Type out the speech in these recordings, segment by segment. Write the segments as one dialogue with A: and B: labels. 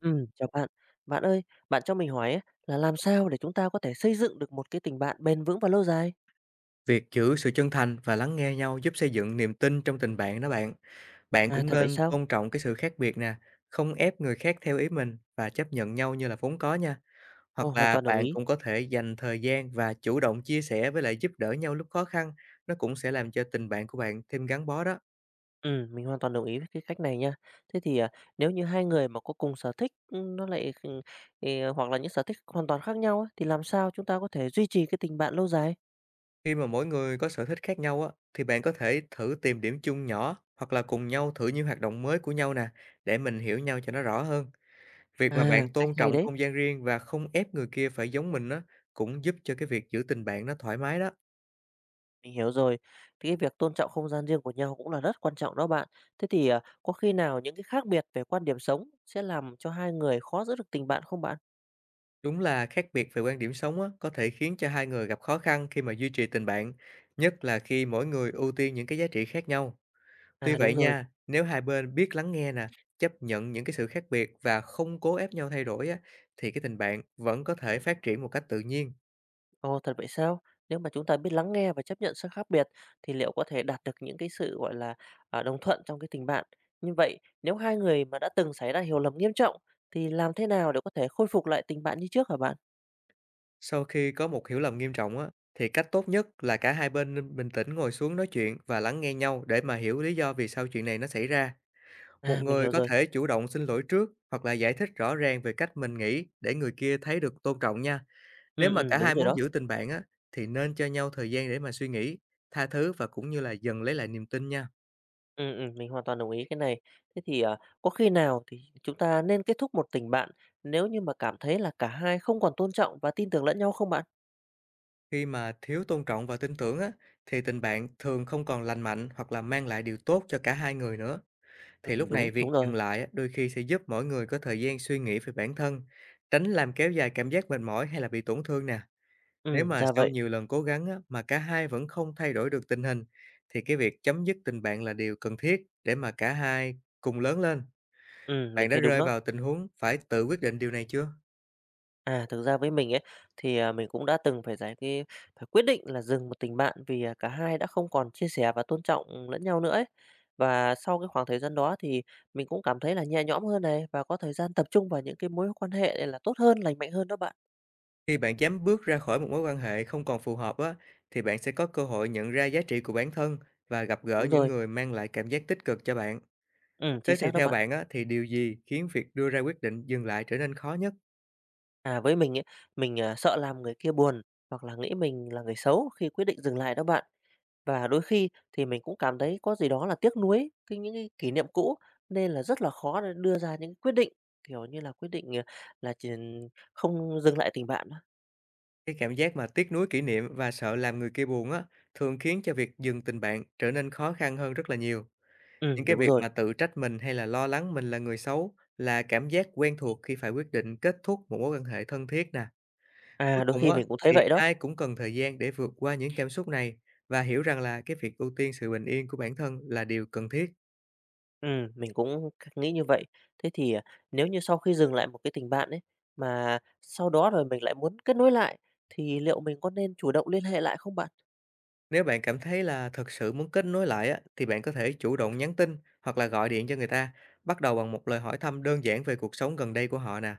A: Chào bạn. Bạn ơi, bạn cho mình hỏi ấy, là làm sao để chúng ta có thể xây dựng được một cái tình bạn bền vững và lâu dài?
B: Việc giữ sự chân thành và lắng nghe nhau giúp xây dựng niềm tin trong tình bạn đó bạn. Bạn
A: À,
B: cũng
A: thật vậy
B: nên
A: sao?
B: tôn trọng cái sự khác biệt nè, không ép người khác theo ý mình và chấp nhận nhau như là vốn có nha.
A: Ồ,
B: Hoặc
A: hoàn
B: là
A: toàn đồng
B: bạn
A: ý.
B: cũng có thể dành thời gian và chủ động chia sẻ với lại giúp đỡ nhau lúc khó khăn, nó cũng sẽ làm cho tình bạn của bạn thêm gắn bó đó.
A: Mình hoàn toàn đồng ý với cái cách này nha. Thế thì, à, nếu như hai người mà có cùng sở thích, nó lại kh thì hoặc là những sở thích hoàn toàn khác nhau ấy, thì làm sao chúng ta có thể duy trì cái tình bạn lâu dài?
B: Khi mà mỗi người có sở thích khác nhau á, thì bạn có thể thử tìm điểm chung nhỏ hoặc là cùng nhau thử những hoạt động mới của nhau nè, để mình hiểu nhau cho nó rõ hơn. Việc mà
A: À,
B: bạn
A: cách
B: tôn
A: hay
B: trọng
A: đấy,
B: không gian riêng và không ép người kia phải giống mình á, cũng giúp cho cái việc giữ tình bạn nó thoải mái đó.
A: mình hiểu rồi. Thì cái việc tôn trọng không gian riêng của nhau cũng là rất quan trọng đó bạn. Thế thì, à, có khi nào những cái khác biệt về quan điểm sống sẽ làm cho hai người khó giữ được tình bạn không bạn?
B: Đúng là khác biệt về quan điểm sống á, có thể khiến cho hai người gặp khó khăn khi mà duy trì tình bạn, nhất là khi mỗi người ưu tiên những cái giá trị khác nhau. Tuy
A: À đúng
B: vậy
A: rồi,
B: nha, nếu hai bên biết lắng nghe nè, chấp nhận những cái sự khác biệt và không cố ép nhau thay đổi á, thì cái tình bạn vẫn có thể phát triển một cách tự nhiên.
A: ồ thật vậy sao? Nếu mà chúng ta biết lắng nghe và chấp nhận sự khác biệt thì liệu có thể đạt được những cái sự gọi là à, đồng thuận trong cái tình bạn. Như vậy, nếu hai người mà đã từng xảy ra hiểu lầm nghiêm trọng thì làm thế nào để có thể khôi phục lại tình bạn như trước hả bạn?
B: Sau khi có một hiểu lầm nghiêm trọng á, thì cách tốt nhất là cả hai bên nên bình tĩnh ngồi xuống nói chuyện và lắng nghe nhau để mà hiểu lý do vì sao chuyện này nó xảy ra. Một
A: À mình
B: người
A: hiểu
B: có
A: rồi.
B: thể chủ động xin lỗi trước hoặc là giải thích rõ ràng về cách mình nghĩ để người kia thấy được tôn trọng nha. Nếu
A: Ừ,
B: mà
A: ừ,
B: cả
A: đúng
B: hai
A: rồi
B: muốn
A: đó.
B: giữ tình bạn á, thì nên cho nhau thời gian để mà suy nghĩ, tha thứ và cũng như là dần lấy lại niềm tin nha.
A: Ừ, ừ, mình hoàn toàn đồng ý cái này. Thế thì à, có khi nào thì chúng ta nên kết thúc một tình bạn nếu như mà cảm thấy là cả hai không còn tôn trọng và tin tưởng lẫn nhau không bạn?
B: Khi mà thiếu tôn trọng và tin tưởng á, thì tình bạn thường không còn lành mạnh hoặc là mang lại điều tốt cho cả hai người nữa. Thì
A: Ừ
B: lúc
A: đúng,
B: này việc
A: đúng rồi.
B: dừng lại á, đôi khi sẽ giúp mỗi người có thời gian suy nghĩ về bản thân, tránh làm kéo dài cảm giác mệt mỏi hay là bị tổn thương nè. Nếu
A: Ừ
B: mà
A: ra
B: sau
A: vậy.
B: nhiều lần cố gắng á, mà cả hai vẫn không thay đổi được tình hình, thì cái việc chấm dứt tình bạn là điều cần thiết để mà cả hai cùng lớn lên.
A: Ừ mình
B: Bạn đã
A: thấy đúng
B: rơi
A: đó.
B: vào tình huống phải tự quyết định điều này chưa?
A: À, thực ra với mình ấy, thì, à, mình cũng đã từng phải giải cái phải quyết định là dừng một tình bạn vì, à, cả hai đã không còn chia sẻ và tôn trọng lẫn nhau nữa ấy. Và sau cái khoảng thời gian đó thì mình cũng cảm thấy là nhẹ nhõm hơn này, và có thời gian tập trung vào những cái mối quan hệ này là tốt hơn, lành mạnh hơn đó bạn.
B: Khi bạn dám bước ra khỏi một mối quan hệ không còn phù hợp á, thì bạn sẽ có cơ hội nhận ra giá trị của bản thân và gặp gỡ
A: Đúng
B: những
A: rồi,
B: người mang lại cảm giác tích cực cho bạn.
A: chính
B: Thế thì
A: xác đó
B: theo
A: bạn.
B: bạn á, thì điều gì khiến việc đưa ra quyết định dừng lại trở nên khó nhất?
A: À, với mình ấy, mình, à, sợ làm người kia buồn, hoặc là nghĩ mình là người xấu khi quyết định dừng lại đó bạn. Và đôi khi thì mình cũng cảm thấy có gì đó là tiếc nuối những cái kỷ niệm cũ, nên là rất là khó để đưa ra những quyết định, kiểu như là, quyết định, là chỉ không dừng lại tình bạn á.
B: Cái cảm giác mà tiếc nuối kỷ niệm và sợ làm người kia buồn á, thường khiến cho việc dừng tình bạn trở nên khó khăn hơn rất là nhiều. Những cái
A: Đúng
B: việc
A: rồi.
B: mà tự trách mình hay là lo lắng mình là người xấu là cảm giác quen thuộc khi phải quyết định kết thúc một mối quan hệ thân thiết nè.
A: À,
B: Cuối
A: đôi
B: cùng
A: khi
B: á,
A: mình cũng thấy
B: thì
A: vậy đó.
B: ai cũng cần thời gian để vượt qua những cảm xúc này và hiểu rằng là cái việc ưu tiên sự bình yên của bản thân là điều cần thiết.
A: Mình cũng nghĩ như vậy. Thế thì, à, nếu như sau khi dừng lại một cái tình bạn ấy, mà sau đó rồi mình lại muốn kết nối lại, thì liệu mình có nên chủ động liên hệ lại không bạn?
B: Nếu bạn cảm thấy là thực sự muốn kết nối lại á, thì bạn có thể chủ động nhắn tin hoặc là gọi điện cho người ta, bắt đầu bằng một lời hỏi thăm đơn giản về cuộc sống gần đây của họ nè.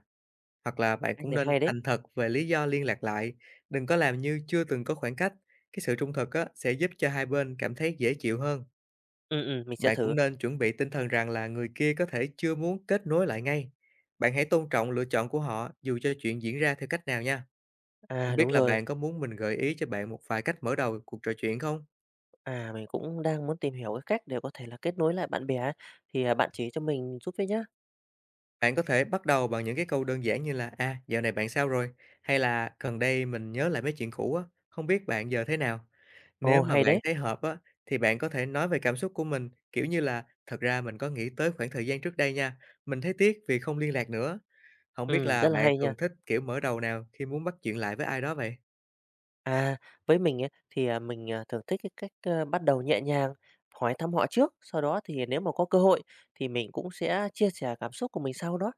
B: Hoặc là bạn
A: Anh
B: cũng
A: này
B: nên
A: hay đấy.
B: thành thật về lý do liên lạc lại, đừng có làm như chưa từng có khoảng cách. Cái sự trung thực á, sẽ giúp cho hai bên cảm thấy dễ chịu hơn.
A: Mình sẽ
B: Bạn cũng
A: thử.
B: nên chuẩn bị tinh thần rằng là người kia có thể chưa muốn kết nối lại ngay. Bạn hãy tôn trọng lựa chọn của họ dù cho chuyện diễn ra theo cách nào nha.
A: À,
B: Không
A: đúng
B: biết là
A: rồi.
B: bạn có muốn mình gợi ý cho bạn một vài cách mở đầu cuộc trò chuyện không?
A: À, mình cũng đang muốn tìm hiểu cái cách để có thể là kết nối lại bạn bè ấy, thì, à, bạn chỉ cho mình giúp với nhá.
B: Bạn có thể bắt đầu bằng những cái câu đơn giản như là "À, dạo này bạn sao rồi?", hay là "Gần đây mình nhớ lại mấy chuyện cũ á, không biết bạn giờ thế nào?".
A: Ồ,
B: Nếu mà
A: hay
B: bạn
A: đấy!
B: thấy hợp á, thì bạn có thể nói về cảm xúc của mình, kiểu như là "Thật ra mình có nghĩ tới khoảng thời gian trước đây nha, mình thấy tiếc vì không liên lạc nữa.". Không biết là
A: Rất là
B: bạn
A: hay nha.
B: thường thích kiểu mở đầu nào khi muốn bắt chuyện lại với ai đó vậy?
A: À, với mình ấy, thì, à, mình, à, thường thích cái cách, ơ, bắt đầu nhẹ nhàng, hỏi thăm họ trước, sau đó thì nếu mà có cơ hội thì mình cũng sẽ chia sẻ cảm xúc của mình sau đó.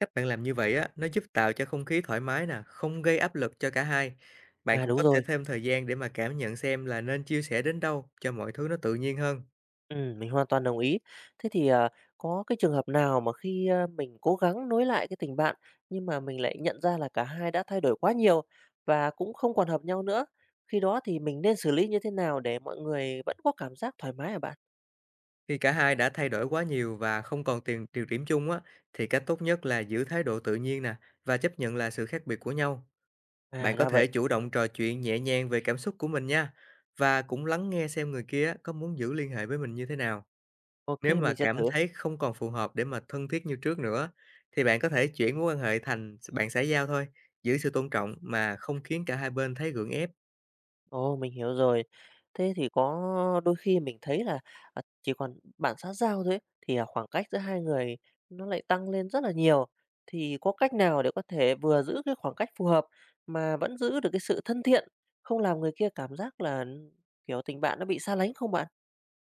B: Cách bạn làm như vậy á, nó giúp tạo cho không khí thoải mái nè, không gây áp lực cho cả hai. Bạn
A: À,
B: cũng
A: đúng
B: có thể
A: rồi.
B: thêm thời gian để mà cảm nhận xem là nên chia sẻ đến đâu cho mọi thứ nó tự nhiên hơn.
A: Mình hoàn toàn đồng ý. Thế thì, à, có cái trường hợp nào mà khi, mình cố gắng nối lại cái tình bạn, nhưng mà mình lại nhận ra là cả hai đã thay đổi quá nhiều và cũng không còn hợp nhau nữa, khi đó thì mình nên xử lý như thế nào để mọi người vẫn có cảm giác thoải mái hả bạn?
B: Khi cả hai đã thay đổi quá nhiều và không còn tiền điều điểm chung á, thì cách tốt nhất là giữ thái độ tự nhiên nè và chấp nhận là sự khác biệt của nhau. Bạn
A: À,
B: có
A: ra
B: thể
A: vậy.
B: chủ động trò chuyện nhẹ nhàng về cảm xúc của mình nha và cũng lắng nghe xem người kia á, có muốn giữ liên hệ với mình như thế nào.
A: Ok,
B: Nếu mà
A: mình sẽ
B: cảm
A: thử.
B: thấy không còn phù hợp để mà thân thiết như trước nữa, thì bạn có thể chuyển mối quan hệ thành bạn xã giao thôi, giữ sự tôn trọng mà không khiến cả hai bên thấy gượng ép.
A: Ồ, mình hiểu rồi. Thế thì có đôi khi mình thấy là, à, chỉ còn bản sát giao thôi ấy, thì, à, khoảng cách giữa hai người nó lại tăng lên rất là nhiều. Thì có cách nào để có thể vừa giữ cái khoảng cách phù hợp mà vẫn giữ được cái sự thân thiện, không làm người kia cảm giác là, kiểu, tình bạn nó bị xa lánh không bạn?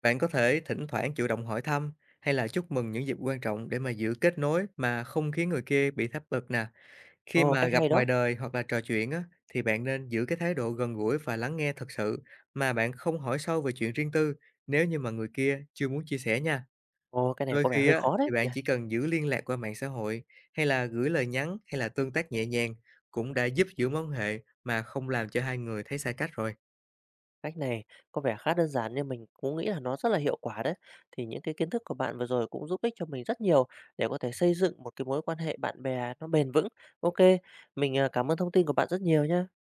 B: Bạn có thể thỉnh thoảng chủ động hỏi thăm hay là chúc mừng những dịp quan trọng để mà giữ kết nối mà không khiến người kia bị tháp bực nè. Khi
A: Ồ,
B: mà
A: cách
B: gặp
A: hay
B: ngoài
A: đó.
B: đời hoặc là trò chuyện á, thì bạn nên giữ cái thái độ gần gũi và lắng nghe thật sự mà bạn không hỏi sâu về chuyện riêng tư nếu như mà người kia chưa muốn chia sẻ nha.
A: Ồ, cái này
B: Đôi
A: có vẻ
B: khi
A: hơi
B: á,
A: khó đấy
B: thì bạn
A: nhỉ?
B: chỉ cần giữ liên lạc qua mạng xã hội hay là gửi lời nhắn hay là tương tác nhẹ nhàng cũng đã giúp giữ mối quan hệ mà không làm cho hai người thấy xa cách rồi.
A: Cách này có vẻ khá đơn giản nhưng mình cũng nghĩ là nó rất là hiệu quả đấy. Thì những cái kiến thức của bạn vừa rồi cũng giúp ích cho mình rất nhiều để có thể xây dựng một cái mối quan hệ bạn bè nó bền vững. Ok, mình à, cảm ơn thông tin của bạn rất nhiều nhé.